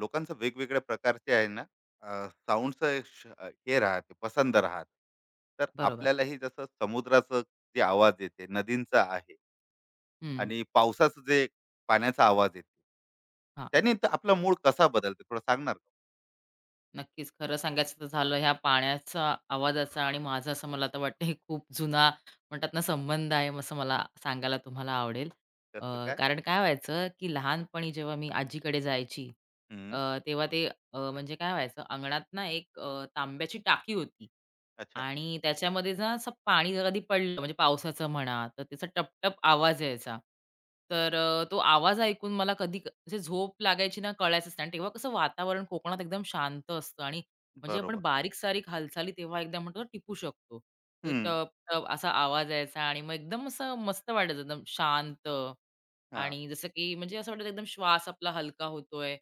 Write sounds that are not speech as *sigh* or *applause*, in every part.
लोकांचं वेगवेगळ्या प्रकारचे आहे ना साऊंडचं, हे राहते पसंद राहते. तर बरोबर. आपल्यालाही जसं समुद्राचं जे आवाज येते, नदींचा आहे हं. आणि पावसाचं जे पाण्याचा आवाज येते, हां. त्याने तर आपला मूड कसा बदलते, थोडं सांगणार का? नक्कीच. खरं सांगायचं तर झालं ह्या पाण्याचा, आवाजाचा आणि माझा असं मला आता वाटतं हे *laughs* खूप जुना म्हणतात ना संबंध आहे असं मला सांगायला तुम्हाला आवडेल. अ, कसं काय? कारण काय व्हायचं, की लहानपणी जेव्हा मी आजीकडे जायची. अ, हम्म, तेव्हा ते म्हणजे काय व्हायचं अंगणात ना एक तांब्याची टाकी होती अच्छा, आणि त्याच्यामध्ये ना असं पाणी जर कधी पडलं म्हणजे पावसाचं म्हणा, तर त्याचा टप आवाज यायचा. तर तो आवाज ऐकून मला कधी असे झोप लागायची ना कळायचंच नाही आणि तेव्हा कसं वातावरण कोकणात एकदम शांत असतं आणि म्हणजे आपण बरोबर. बारीक-सारीक हालचाली तेव्हा एकदम म्हणतो ना टिपू शकतो. तर हम्म, टप-टप असा आवाज यायचा आणि मग एकदम असं मस्त वाटायचं एकदम शांत हा, आणि जसं की म्हणजे असं वाटायचं एकदम श्वास आपला हलका होतोय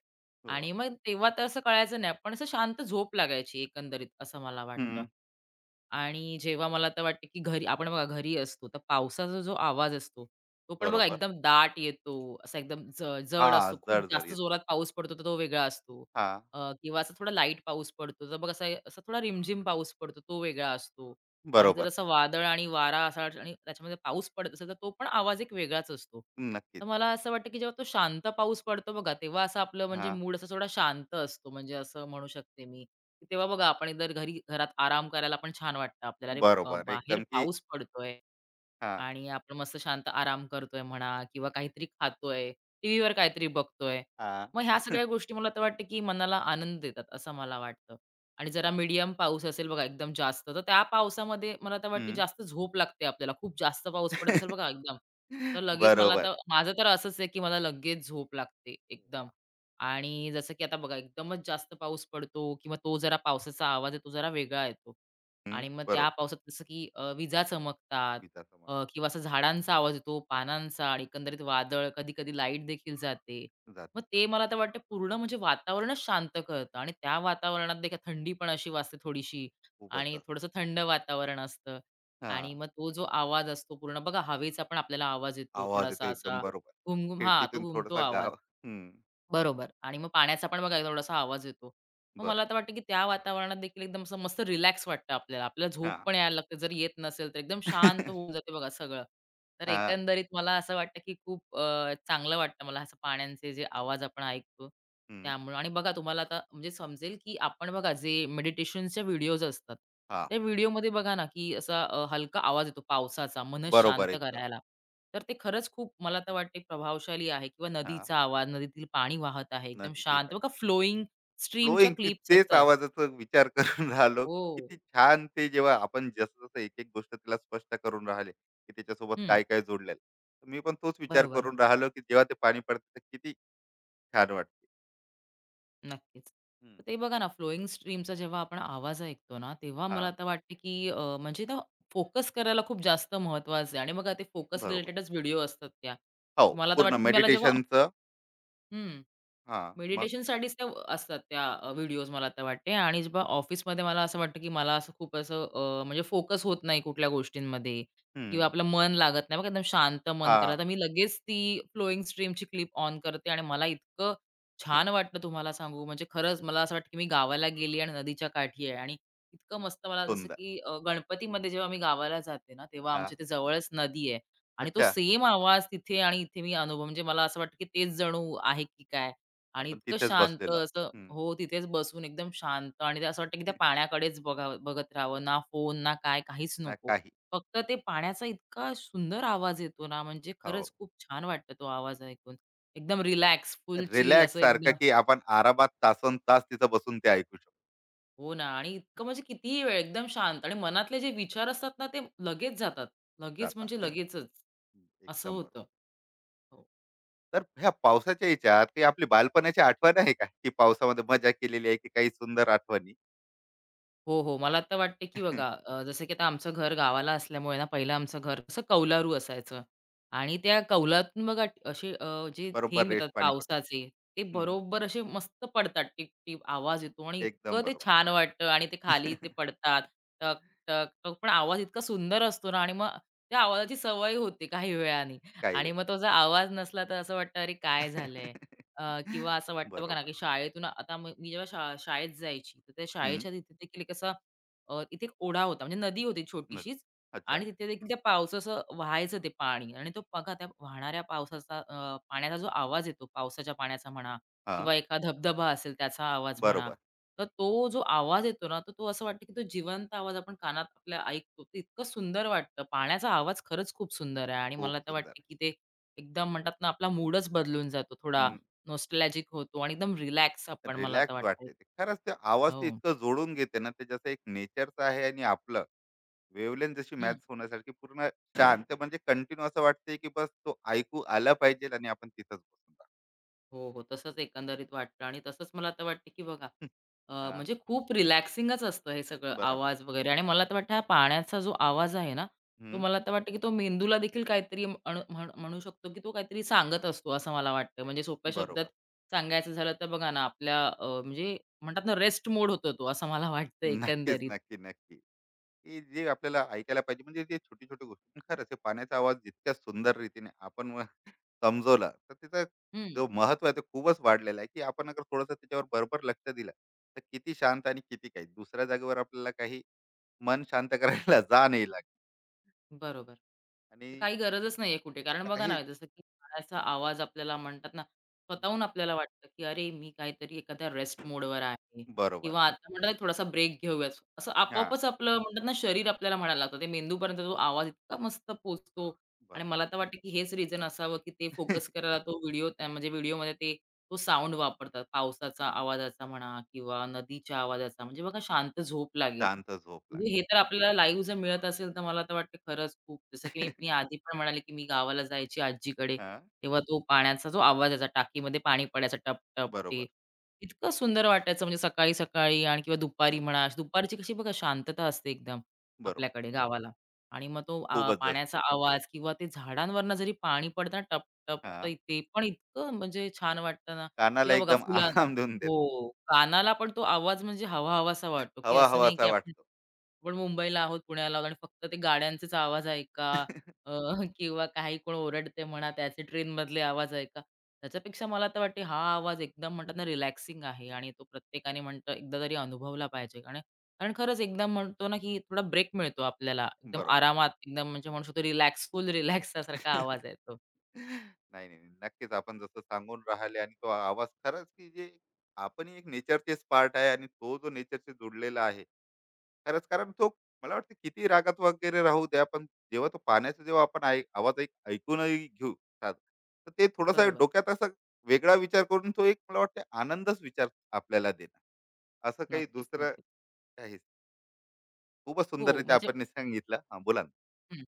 हो वा. आणि मग तेव्हा तर असं कळायचं नाही. पण असं शांत झोप लागायची एकंदरीत असं मला वाटतं. हम्म, आणि जेव्हा मला तर वाटतं, की घरी आपण बघा घरी असतो, तर पावसाचा जो आवाज असतो, तो पण बघा बरोबर. एकदम दाट येतो. असा एकदम हा जड असतो. खूप जड जास्त येत. जोरात पाऊस पडतो, तर तो वेगळा असतो. हा, किंवा असा थोडा लाईट पाऊस पडतो, तर मग असा असा थोडा रिमझिम पाऊस पडतो, तो वेगळा असतो. आणि जर बरोबर. असं वादळ आणि वारा असा आणि त्याच्यामध्ये पाऊस पडत असेल, तर तो पण आवाज एक वेगळाच असतो. तर नक्कीच. मला असं वाटतं, की जेव्हा तो शांत पाऊस पडतो बघा, तेव्हा असं आपलं म्हणजे हा, मूड असा थोडा शांत असतो. म्हणजे असं म्हणू शकते मी, की तेव्हा बघा आपण जर घरी घरात आराम करायला पण छान वाटतं आपल्याला. अरे, बरोबर बाहेर एकदम की. पाऊस पडतोय. हा, आणि आपण मस्त शांत आराम करतोय म्हणा किंवा काहीतरी खातोय, टीव्हीवर काहीतरी बघतोय. हा. मग ह्या *laughs* सगळ्या गोष्टी मला तर वाटतं, की मनाला आनंद देतात असं मला वाटतं. आणि जरा नक्कीच. मीडियम पाऊस असेल बघा एकदम जास्त, तर त्या पावसामध्ये मला तर वाटते जास्त झोप लागते आपल्याला. खूप जास्त पाऊस पडत *laughs* असेल बघा एकदम, तर लगेच मला बरोबर. तर माझं तर असंच आहे, की मला लगेच झोप लागते एकदम. वाह! आणि जसं की आता बघा एकदमच जास्त पाऊस पडतो किंवा तो जरा पावसाचा आवाज आहे तो जरा वेगळा येतो. हं, आणि मग त्या बरोबर. पावसात जसं की विजा चमकतात विजासमोर. किंवा असा झाडांचा आवाज येतो, पानांचा आणि एकंदरीत वादळ, कधी-कधी लाईट देखील जाते. मग जाते. ते मला तर वाटतं पूर्ण म्हणजे वातावरणच शांत करतं आणि त्या वातावरणात देखील थंडी पण अशी वाजते थोडीशी खूपच आणि जास्त. थोडंसं थंड वातावरण असतं आणि हां, मग तो जो आवाज असतो पूर्ण बघा हवेचा पण आपल्याला आवाज येतो आवाज येतो थोडासा एकदम असा बरोबर. घुमघुम हां, तो खिडकीतून घुमतो थोडासा आवाज. गाव. हं, बरोबर आणि मग पाण्याचा पण बघा थोडासा आवाज येतो. मग बरोबर. मला तर वाटतं की त्या वातावरणात देखील एकदम असं मस्त रिलॅक्स वाटतं आपल्याला. आपल्याला झोप हां. पण यायला लागते. जर येत नसेल तर एकदम शांत होऊन *laughs* जाते बघा सगळं. तर हां, एकंदरीत मला असं वाटतं, की खूप चांगलं वाटतं मला असं पाण्यांचे जे आवाज आपण ऐकतो हं, त्यामुळे. आणि बघा तुम्हाला आता म्हणजे समजेल, की आपण बघा जे मेडिटेशनच्या व्हिडिओज असतात, हां. त्या *laughs* व्हिडिओमध्ये बघा ना, की असा हलका आवाज येतो पावसाचा मन बरोबर शांत एकदम. करायला. तर ते खरंच खूप मला तर वाटते प्रभावशाली आहे किंवा हां, नदीचा आवाज, नदीतील पाणी वाहत आहे एकदम नदीचंही शांत. पाणी. बघा फ्लोइंग स्ट्रीमच्या फ्लोइंग, मी क्लिप्स तेच असतात. आवाजाचा विचार *laughs* करून राहिलो, की हो. किती छान ते जेव्हा आपण जसं-जसं एक-एक गोष्ट तिला स्पष्ट करून राहिले, की त्याच्यासोबत हं. काय-काय जोडलेलं आहे. मी पण तोच विचार बरोबर. करून राहिलो, की जेव्हा ते पाणी पडतं तर किती छान वाटते. नक्कीच. तर ते बघा ना, फ्लोइंग स्ट्रीमचा जेव्हा आपण आवाज ऐकतो ना, तेव्हा मला हां, आता वाटते की म्हणजे ना फोकस करायला खूप जास्त महत्त्वाचं आहे आणि बघा ते फोकस बरोबर. रिलेटेडच व्हिडिओ असतात त्या. हो, मला तर पूर्ण वाटतं की मला जेव्हा मेडिटेशनचं. हं. हां, मग? मेडिटेशनसाठीच त्या असतात त्या व्हिडिओज मला तर वाटते आणि जेव्हा ऑफिसमध्ये मला असं वाटतं, की मला असं खूप असं म्हणजे फोकस होत नाही कुठल्या गोष्टींमध्ये किंवा हं. आपलं मन लागत नाही. बघा एकदम शांत मन करा, हां, तर मी लगेच ती फ्लोइंग स्ट्रीमची क्लिप ऑन करते आणि मला इतकं छान वाटलं तुम्हाला सांगू. म्हणजे खरंच मला असं वाटतं, की मी गावाला गेली आणि नदीच्या काठी आहे आणि इतकं मस्त मला जसं सुंदर. की गणपतीमध्ये जेव्हा मी गावाला जाते ना, तेव्हा हां, आमच्या इथे जवळच नदी आहे आणि तो अच्छा. सेम आवाज तिथे आणि इथे मी अनुभव म्हणजे मला असं वाटतं, की तेच जणू आहे की काय. आणि आपण इतकं तिथेच शांत बसलेलो असं आहोत. *laughs* हो, तिथेच बसून एकदम शांत आणि ते असं वाटतं की त्या पाण्याकडेच बघावं बघत राहावं. ना फोन, ना काय, काहीच ना नको. काही. फक्त ते पाण्याचा इतका सुंदर आवाज येतो ना, म्हणजे खरंच हो. खूप छान वाटतं तो आवाज ऐकून. एकदम रिलॅक्स, फुल चिल रिलॅक्स असं सारखं एकदम की आपण आरामात तासन तास तिथं बसून ते ऐकू शकतो. हो ना आणि इतकं म्हणजे कितीही वेळ एकदम शांत आणि मनातले जे विचार असतात ना, ते लगेच जातात. लगेच म्हणजे जातात. लगेचच. हं, असं एकदम बरोबर. होतं. हो. तर ह्या पावसाच्या ह्याच्यात काही आपली बालपणाची आठवण आहे का? की पावसामध्ये मजा केलेली आहे की काही सुंदर आठवणी? हो, हो. मला तर वाटते, की बघा *laughs* जसं की आता आमचं घर गावाला असल्यामुळे ना, पहिलं आमचं घर कसं कौलारू असायचं आणि त्या कौलातून बघा असे जे बरोबर, थेंब रेश येतात पाणी पडतं. पावसाचे, ते हं, बरोबर असे मस्त पडतात. टिप-टिप आवाज येतो आणि एकदम इतकं ते बरोबर. छान वाटतं आणि ते खाली ते *laughs* पडतात. टक, टक, टक. पण आवाज इतका सुंदर असतो ना आणि मग त्या आवाजाची सवय होते काही वेळाने काही आणि वेळा. मग तो जर आवाज नसला, तर असं वाटतं, "अरे, काय झालंय?" *laughs* किंवा असं वाटतं बघा ना, बरोबर. की शाळेतून आता मी जेव्हा शाळेत जायची, तर त्या शाळेच्या तिथे देखील एक असा तिथे एक ओढा होता, म्हणजे नदी होती न-, छोटीशीच आणि अच्छा. तिथे देखील त्या पावसाचं व्हायचं ते पाणी आणि तो बघा त्या वाहणाऱ्या पावसाचा पाण्याचा जो आवाज येतो, पावसाच्या पाण्याचा म्हणा हा, किंवा एखादा धबधबा असेल त्याचा आवाज म्हणा, बरोबर. तर तो जो आवाज येतो ना, तर तो असं वाटतं, की तो जिवंत आवाज आपण कानात आपल्या ऐकतो. ते इतकं सुंदर वाटतं. पाण्याचा आवाज खरंच खूप सुंदर आहे आणि खूप मला तर सुंदर. वाटतं, की ते एकदम म्हणतात ना, आपला मूडच बदलून जातो थोडा हम्म, नॉस्टॅल्जिक होतो आणि एकदम रिलॅक्स आपण मला आता रिलॅक्स वाटतं. वाटते ते खरंच. ते आवाज हो. ते इतकं जोडून घेते ना, ते जसं एक नेचरचं आहे आणि आपलं वेवलेन जशी हं. मॅच होण्यासारखी पूर्ण शांत, म्हणजे कंटिन्यू असं वाटते की बस तो ऐकू आला पाहिजे आणि आपण तिथंच बसून राहू. हो, हो. तसंच एकंदरीत वाटतं आणि तसंच मला आता वाटतं, की बघा *laughs* हा, म्हणजे खूप रिलॅक्सिंगच असतं हे सगळं बरोबर. आवाज वगैरे आणि मला तर वाटतं हा पाण्याचा जो आवाज आहे ना, तो हम्म, मला तर वाटतं, की तो मेंदूला देखील काहीतरी अणू म्हणू शकतो, की तो काहीतरी सांगत असतो असं मला वाटतं. म्हणजे सोप्या शब्दात बरोबर. सांगायचं झालं तर बघा ना आपल्या म्हणजे म्हणतात ना रेस्ट मोड होतो तो असं मला वाटतं नक्कीच, एकंदरीत. नक्की नक्की. की जे आपल्याला ऐकायला पाहिजे, म्हणजे ते छोटी छोटी गोष्टी, पण खरंच हे पाण्याचा आवाज जितक्या सुंदर रीतीने आपण व समजवला, *laughs* तर त्याचा जो महत्व आहे ते खूपच वाढलेला आहे, की आपण अगर थोडंसं त्याच्यावर बरोबर लक्ष दिलं तर किती शांत आणि किती काही दुसऱ्या जागेवर आपल्याला काही मन शांत *laughs* करायला जा नाही लागत. बरोबर. आणि तर काही गरजच नाहीये कुठे. कारण बघा काही. ना, जसं की गाण्याचा आवाज आपल्याला म्हणतात ना, हम्म, स्वतःहून आपल्याला वाटतं, की अरे, मी काहीतरी एखाद्या रेस्ट मोडवर आहे बरोबर. किंवा आता म्हणतात ना, थोडासा ब्रेक घेऊयात. असं हा, आपोआपच आपलं म्हणतात ना, शरीर आपल्याला म्हणायला लागतं. ते मेंदूपर्यंत तो आवाज इतका मस्त पोहोचतो बरोबर. आणि मला तर वाटतं, की हेच रिझन असावं, की ते फोकस *laughs* करायला तो व्हिडिओ म्हणजे व्हिडिओमध्ये ते तो साउंड वापरतात. पावसाचा आवाजाचा म्हणा किंवा नदीच्या आवाजाचा म्हणजे बघा शांत झोप लागेल. शांत झोप म्हणजे लागते. हे तर आपल्याला लाईव्ह जर मिळत असेल तर मला तर वाटतं खरंच खूप जसं की मी मी *laughs* आधी पण म्हणाले, की मी गावाला जायची आजीकडे. हा, तेव्हा तो पाण्याचा जो आवाज यायचा टाकीमध्ये पाणी पडायचं टप-टप ते. बरोबर. इतकं सुंदर वाटायचं म्हणजे सकाळी-सकाळी आणि किंवा दुपारी म्हणा. अशी दुपारची कशी बघा शांतता असते एकदम बरोबर. आपल्याकडे गावाला आणि मग तो खूपच जास्त. पाण्याचा आवाज किंवा ते झाडांवरनं जरी पाणी पडताना टप-टप हा, तर ते पण इतकं म्हणजे छान वाटतं ना कानाला किंवा बघा एकदम आराम देऊन देत. हो, कानाला पण तो आवाज म्हणजे हवा-हवासा वाटतो, की हवा असं नाही की हवासा आपण वाटतो. आपण मुंबईला आहोत, पुण्याला आहोत आणि फक्त ते गाड्यांचेच आवाज ऐका अ, *laughs* *laughs* किंवा काही कोण ओरडते म्हणा, त्याचे ट्रेनमधले आवाज ऐका. त्याच्यापेक्षा मला तर वाटते हा आवाज एकदम म्हणतात ना रिलॅक्सिंग आहे आणि तो प्रत्येकाने म्हणतो एकदा तरी अनुभवला पाहिजे. आणि कारण खरंच एकदम म्हणतो ना की थोडा ब्रेक मिळतो आपल्याला. एकदम बरोबर. आरामात एकदम म्हणजे म्हणू शकतो रिलॅक्सफुल रिलॅक्ससारखा आवाज *laughs* आहे तो. नाही, नाही. नाही. नक्कीच आपण जसं सांगून राहिले, आणि तो आवाज खरंच की जे आपणही एक नेचरचेच पार्ट आहे आणि तो जो नेचरशी जुडलेला आहे. खरंच कारण तो, मला वाटतं किती रागात वगैरे राहू द्या, पण जेव्हा तो पाण्याचा, जेव्हा आपण ऐक आवाज ऐक ऐकूनही घेऊ साधं, तर ते थोडासा बरोबर. डोक्यात असा वेगळा विचार करून तो एक मला वाटतं आनंदच विचार आपल्याला देणार. असं काही नक्कीच, दुसरं नक्कीच. काहीच. खूपच हो, सुंदररीत्या म्हणजे आपण हे सांगितलं. हां, बोला ना. हं.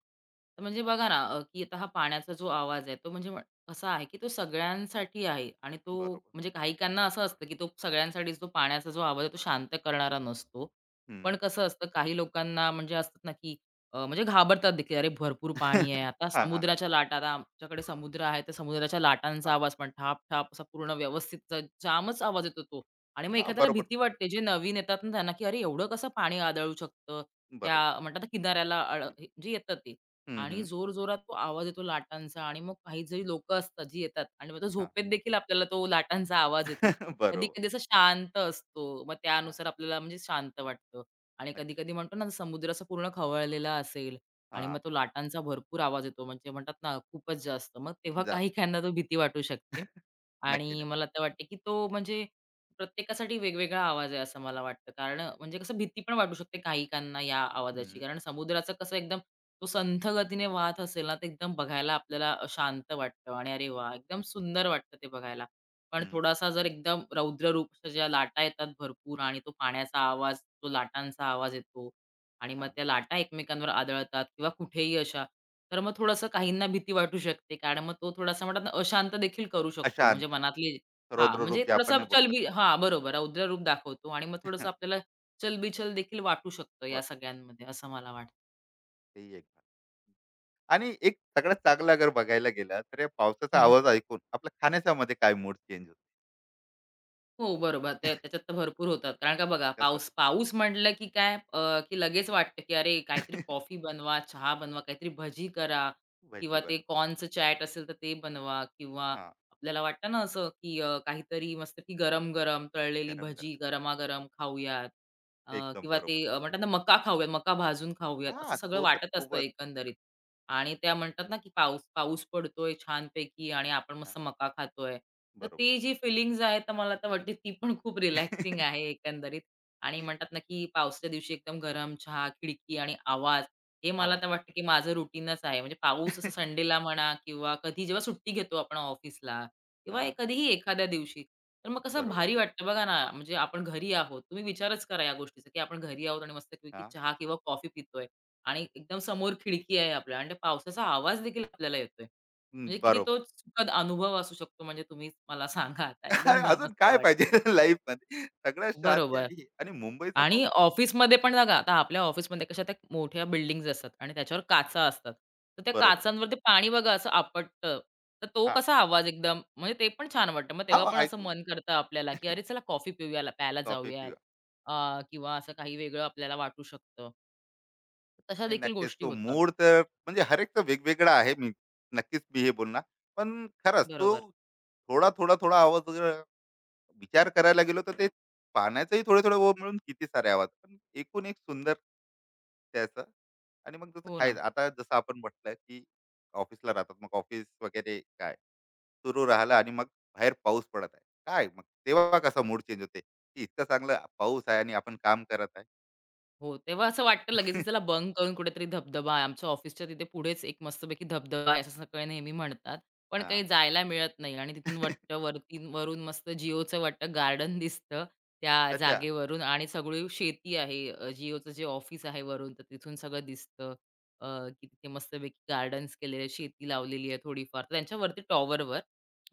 तर म्हणजे बघा ना, की आता हा पाण्याचा जो आवाज आहे, तो म्हणजे असा आहे, की तो सगळ्यांसाठी आहे आणि तो बरोबर. म्हणजे काहीकांना असं असतं, की तो सगळ्यांसाठीच तो पाण्याचा जो आवाज आहे, तो शांत करणारा नसतो. हं. पण कसं असतं, काही लोकांना म्हणजे असतात ना, की म्हणजे घाबरतात देखील, "अरे, भरपूर पाणी आहे." *laughs* आता हां, हां. समुद्राच्या लाटा आता आमच्याकडे समुद्र आहे, तर समुद्राच्या लाटांचा हां, आवाज पण ठाप-ठाप असा पूर्ण व्यवस्थित जामच आवाज येतो तो आणि मग हां. *laughs* एखाद्याला बरोबर, भीती वाटते, जे नवीन येतात ना, त्यांना, की "अरे, एवढं कसं पाणी आदळू शकतं?" त्या बरोबर. म्हणतात ना किनाऱ्याला म्हणजे येतात ते हं, आणि हं. जोरजोरात तो आवाज येतो लाटांचा आणि मग काही जरी लोक असतात जी येतात आणि मग तो हां. झोपेत देखील आपल्याला तो लाटांचा आवाज *laughs* येतो. बरोबर. कधी-कधी असं शांत असतो. मग हां. त्यानुसार आपल्याला म्हणजे शांत वाटतं आणि नक्कीच. कधी-कधी म्हणतो ना समुद्र असा पूर्ण खवळलेला असेल आणि मग हां. तो लाटांचा भरपूर आवाज येतो म्हणजे म्हणतात ना खूपच जास्त. मग तेव्हा काही जास्त. काहींना तो भीती वाटू शकते नक्की आणि नाही. मला तर वाटते की तो म्हणजे प्रत्येकासाठी वेगवेगळा आवाज आहे असं मला वाटतं. कारण म्हणजे कसं भीती पण वाटू शकते काहीकांना या आवाजाची. हं, कारण समुद्राचं कसं एकदम तो संथ गतीने वाहत असेल ना, तर एकदम बघायला आपल्याला शांत वाटतं आणि अरे वाह! एकदम सुंदर वाटतं ते बघायला. पण हं. थोडासा जर एकदम रौद्ररूप ज्या लाटा येतात भरपूर आणि तो पाण्याचा आवाज, तो लाटांचा आवाज येतो आणि मग हां. त्या लाटा एकमेकांवर आदळतात किंवा कुठेही अशा, तर मग थोडंसं काहींना भीती वाटू शकते. कारण मग तो थोडासा म्हणतात ना अशांत देखील करू शकतो. म्हणजे अशांत. मनातली हां, म्हणजे रौद्ररूप जे आपण थोडासा नाही म्हटलं चलबी ते. हां, बरोबर. रौद्र रूप दाखवतो आणि मग थोडंसं *laughs* आपल्याला चलबिचल देखील वाटू शकतं या वाटतं. सगळ्यांमध्ये असं मला वाटतं. तेही एक. भाग. आणि एक सगळ्यात चांगलं अगर बघायला गेलं तर या पावसाचा हं. आवाज ऐकून आपल्या खाण्याच्यामध्ये काय मूड चेंज होतो? हो, बरोबर. ते त्याच्यात तर भरपूर होतात. कारण का बघा कसं? पाऊस पाऊस म्हटलं की काय की लगेच वाटतं की अरे काहीतरी *laughs* कॉफी बनवा, चहा बनवा, काहीतरी भजी करा भजी किंवा ते बनव. कॉर्नचं चॅट असेल तर ते बनवा किंवा हां. आपल्याला वाटतं ना असं की काहीतरी मस्तपैकी गरम-गरम तळलेली गरम-गरम. भजी गरमागरम खाऊयात. अ, एकदम किंवा ते बरोबर. म्हणतात ना मका खाऊयात, मका भाजून खाऊयात, असं हां, सगळं तो तर वाटत असतं खूपच. एकंदरीत. आणि त्या म्हणतात ना, की पाऊस पाऊस पडतोय छानपैकी आणि आपण हां, मस्त मका खातोय. तर बरोबर. ती जी फिलिंग्स आहे, तर मला तर वाटते ती पण खूप रिलॅक्सिंग आहे *laughs* एकंदरीत आणि म्हणतात ना, की पावसाच्या दिवशी एकदम गरम चहा, खिडकी आणि आवाज हे मला तर आवाज. वाटतं, की माझं रुटीनच आहे. म्हणजे पाऊस असं संडेला म्हणा किंवा कधी जेव्हा सुट्टी घेतो आपण ऑफिसला किंवा ए हां, कधीही एखाद्या दिवशी. तर मग कसं बरोबर. भारी वाटतं बघा ना, म्हणजे आपण घरी आहोत. तुम्ही विचारच करा या गोष्टीचा, की आपण घरी आहोत आणि मस्तपैकी हां, चहा किंवा कॉफी पितोय. आणि एकदम समोर खिडकी आहे आपल्या आणि त्या पावसाचा आवाज देखील आपल्याला येतोय. म्हणजे किती बरोबर. तो सुखद अनुभव असू शकतो म्हणजे तुम्ही मला सांगा आता काय एकदम भा अजून मस्त काय वाटलं. पाहिजे *laughs* लाईफमध्ये? सगळ्यात शांती बरोबर आणि हे आणि मुंबईचा आणि पाऊस. ऑफिसमध्ये पण बघा आता आपल्या ऑफिसमध्ये कशा त्या मोठ्या बिल्डिंग्ज असतात आणि त्याच्यावर हां, काचा असतात. तर त्या बरोबर. काचांवर ते पाणी बघा असं आपटतं. तर तो हां, कसा आवाज एकदम म्हणजे ते पण छान वाटतं. मग तेव्हा हां, पण असं ऐकू येईल. मन करतं आपल्याला, की अरे चला कॉफी पिऊया प्यायला कॉफी जाऊयात पिऊया. किंवा असं काही वेगळं आपल्याला वाटू शकतं. तशा नाही, देखील नक्कीच गोष्टी तो होतात. मूड तर म्हणजे हरेकचा वेगवेगळा आहे. मी नक्कीच मी हे बोलणार. पण खरंच तो बरोबर. थोडा, थोडा, थोडा आवाज विचार करायला गेलो तर ते पाण्याचंही थोडे थोडे ओघ मिळून किती सारे आवाज पण एकूण एक सुंदर त्याचं. आणि मग जसं हो ना. खायचं, आता जसं आपण म्हटलं की ऑफिसला राहतात, मग ऑफिस वगैरे काय सुरू राहिलं आणि मग बाहेर पाऊस पडत आहे काय, मग तेव्हा कसा मूड चेंज होते की इतकं चांगलं पाऊस आहे आणि आपण काम करत आहे. हो, तेव्हा असं वाटतं लगेच, की चला *laughs* बंक करून कुठेतरी धबधबा आहे. आमच्या ऑफिसच्या तिथे पुढेच एक मस्तपैकी धबधबा आहे, असं सगळे नेहमी म्हणतात. पण काही हा. जायला मिळत नाही आणि तिथून *laughs* वाटत वरती वरून मस्त जिओचं वाटतं गार्डन दिसतं त्या अच्छा. जागेवरून आणि सगळी शेती आहे. जिओचं जे ऑफिस आहे वरून, तर तिथून सगळं दिसतं. की तिथे मस्तपैकी गार्डन्स केलेले, शेती लावलेली आहे थोडीफार. तर त्यांच्यावरती टॉवरवर.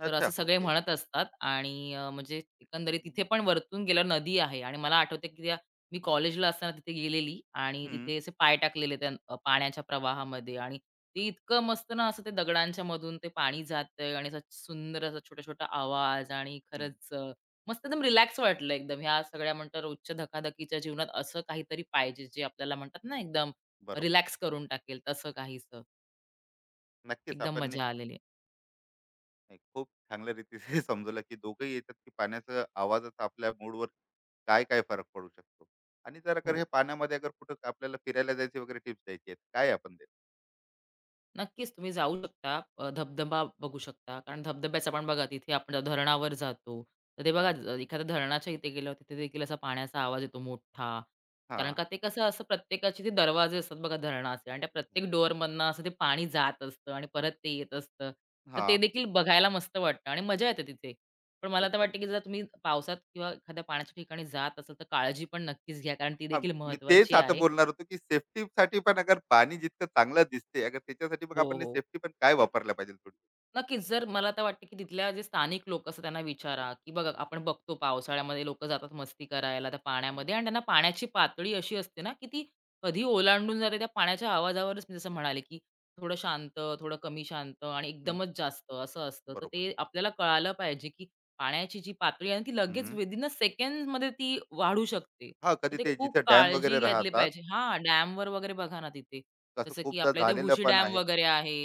तर असे अच्छा, सगळे ओके. म्हणत असतात आणि म्हणजे एकंदरीत तिथे पण वरतून गेल्यावर नदी आहे आणि मला आठवतं, की त्या मी कॉलेजला असताना तिथे गेलेली आणि हम्म. तिथे असे पाय टाकलेले त्या पाण्याच्या प्रवाहामध्ये आणि ते इतकं मस्त ना असं ते दगडांच्या मधून ते पाणी जातंय आणि असा सुंदर असा छोटा-छोटा आवाज आणि हम्म, खरंच मस्त एकदम रिलॅक्स वाटलं एकदम. ह्या सगळ्या म्हणतात रोजच्या धकाधकीच्या जीवनात असं काहीतरी पाहिजे जे आपल्याला म्हणतात ना एकदम बरोबर. रिलॅक्स करून टाकेल तसं काहीसं. नक्कीच एकदम आपण. मजा आलेली. नाही, खूप चांगल्या रीतीने *laughs* समजवलं की दोघंही येतात की पाण्याचा आवाजाचा आपल्या मूडवर काय काय फरक पडू शकतो. आणि जर अगर हे हो. पाण्यामध्ये अगर कुठं आपल्याला फिरायला जायचे वगैरे टिप्स द्यायची आहेत काय आपण देत. नक्कीच तुम्ही जाऊ शकता. धबधबा बघू शकता. कारण धबधब्याचं पण बघा तिथे आपण जेव्हा धरणावर जातो. तर ते हा, बघा एखाद्या धरणाच्या इथे गेल्यावर तिथे देखील असा पाण्याचा आवाज येतो मोठा. हा, कारण का ते कसं असं प्रत्येकाचे ते दरवाजे असतात बघा धरणाचे आणि त्या प्रत्येक डोअरमधनं असं ते पाणी जात असतं आणि परत ते येत असतं. तर हा, ते देखील बघायला मस्त वाटतं आणि मजा येते तिथे. पण मला तर एकदम. वाटतं, की जर तुम्ही पावसात किंवा एखाद्या पाण्याच्या ठिकाणी जात असाल तर काळजी पण नक्कीच घ्या. कारण ती हा, देखील मी तेच महत्त्वाची आता आहे. बोलणार होतो की सेफ्टी साठी पण अगर पाणी जितकं चांगलं दिसते अगर त्याच्यासाठी मग हो, आपण हो. सेफ्टी पण काय वापरल्या पाहिजे थोडी. नक्कीच. जर मला तर वाटतं, की तिथल्या जे स्थानिक लोक असतात त्यांना हा. विचारा, की बघा आपण बघतो पावसाळ्यामध्ये लोकं जातात मस्ती करायला त्या हम्म. पाण्यामध्ये आणि त्यांना पाण्याची पातळी अशी असते ना, की ती कधी ओलांडून जाते त्या पाण्याच्या आवाजावरच मी जसं म्हणाले, की थोडं शांत, थोडं कमी शांत आणि हम्म, एकदमच जास्त असं असतं. तर बरोबर. ते आपल्याला कळालं पाहिजे, की पाण्याची जी पातळी आहे ना, ती लगेच हम्म. विदिन सेकंड्समध्ये ती वाढू शकते. हा, तर कधी ते ते खूप जिथे डॅम काळजी वगैरे घेतली राहतात, पाहिजे. हां, डॅमवर वगैरे बघा ना तिथे. तसं जसं की खूपदा आपल्या इथे झालेलं भुशी पण डॅम आहे. वगैरे आहे.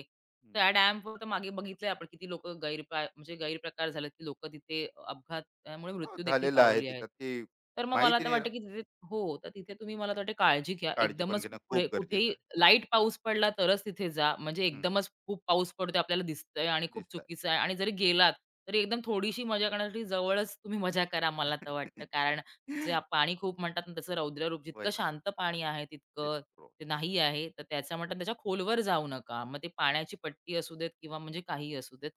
त्या डॅमवर तर मागे बघितलंय आपण किती लोकं म्हणजे गैरप्रकार झाले, की लोकं तिथे अपघातामुळे हो, मृत्यू देखील झालेलं आहे पावली आहेत. त्याच्यात की तर मग मला माहिती तर नाही वाटतं, राहत. की तिथे हो, तर तिथे तुम्ही मला तर वाटतं काळजी घ्या. काळजी पण एकदमच घेणं पुढे खूप कुठेही गरजेचं आहे. लाईट पाऊस पडला तरच तिथे जा. म्हणजे हं, एकदमच खूप पाऊस पडतोय आपल्याला दिसतंय आणि खूप दिसत आहे. चुकीचं आहे आणि जरी गेलात, तरी एकदम थोडीशी मजा करण्यासाठी जवळच तुम्ही मजा करा मला तर वाटतं. कारण जे *laughs* पाणी खूप म्हणतात ना, त्याचं रौद्र जितकं वही शांत पाणी आहे ते तितकं प्रो. ते नाही आहे, तर त्याचं म्हणतात त्याच्या खोलवर जाऊ नका. मग ते पाण्याची पट्टी असू देत किंवा म्हणजे काही असू देत.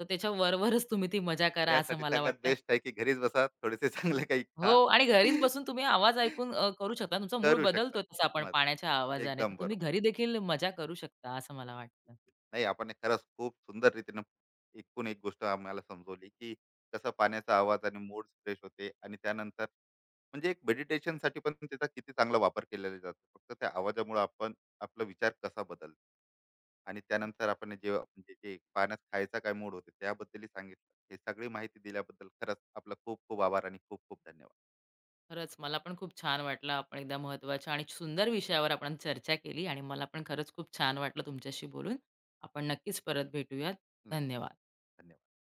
तर त्याच्या वरवरच तुम्ही ती मजा करा असं त्यासाठी मला सगळ्यात वाटतं. बेस्ट आहे की घरीच बसा, थोडेसे चांगलं काही हो खा. आणि घरीच बसून तुम्ही आवाज ऐकून करू *laughs* शकता. तुमचा मूड करू शकता बदलतो तसा आपण मदत. पाण्याच्या आवाजाने. तर एकदम तुम्ही बरोबर. घरी देखील मजा करू शकता असं मला वाटतं. नाही, आपण एक खरंच खूप सुंदर रीतीने एकूण एक गोष्ट आम्हाला समजवली की कसं पाण्याचा आवाज आणि मूड फ्रेश होते, आणि त्यानंतर म्हणजे एक मेडिटेशन साठी पण त्याचा किती चांगला वापर केलेला जातो, फक्त त्या आवाजामुळे आपण आपला विचार कसा बदलतो, आणि त्यानंतर आपण जे म्हणजे जे पाण्यात खायचा काय मूड होते त्याबद्दलही सांगितलं. हे सगळी माहिती दिल्याबद्दल खरंच आपला खूप खूप आभार आणि खूप खूप धन्यवाद. खरंच मला पण खूप छान वाटलं. आपण एकदा महत्त्वाच्या आणि सुंदर विषयावर आपण चर्चा केली आणि मला पण खरंच खूप छान वाटलं तुमच्याशी बोलून. आपण नक्कीच परत भेटूयात. नक्की. धन्यवाद. धन्यवाद.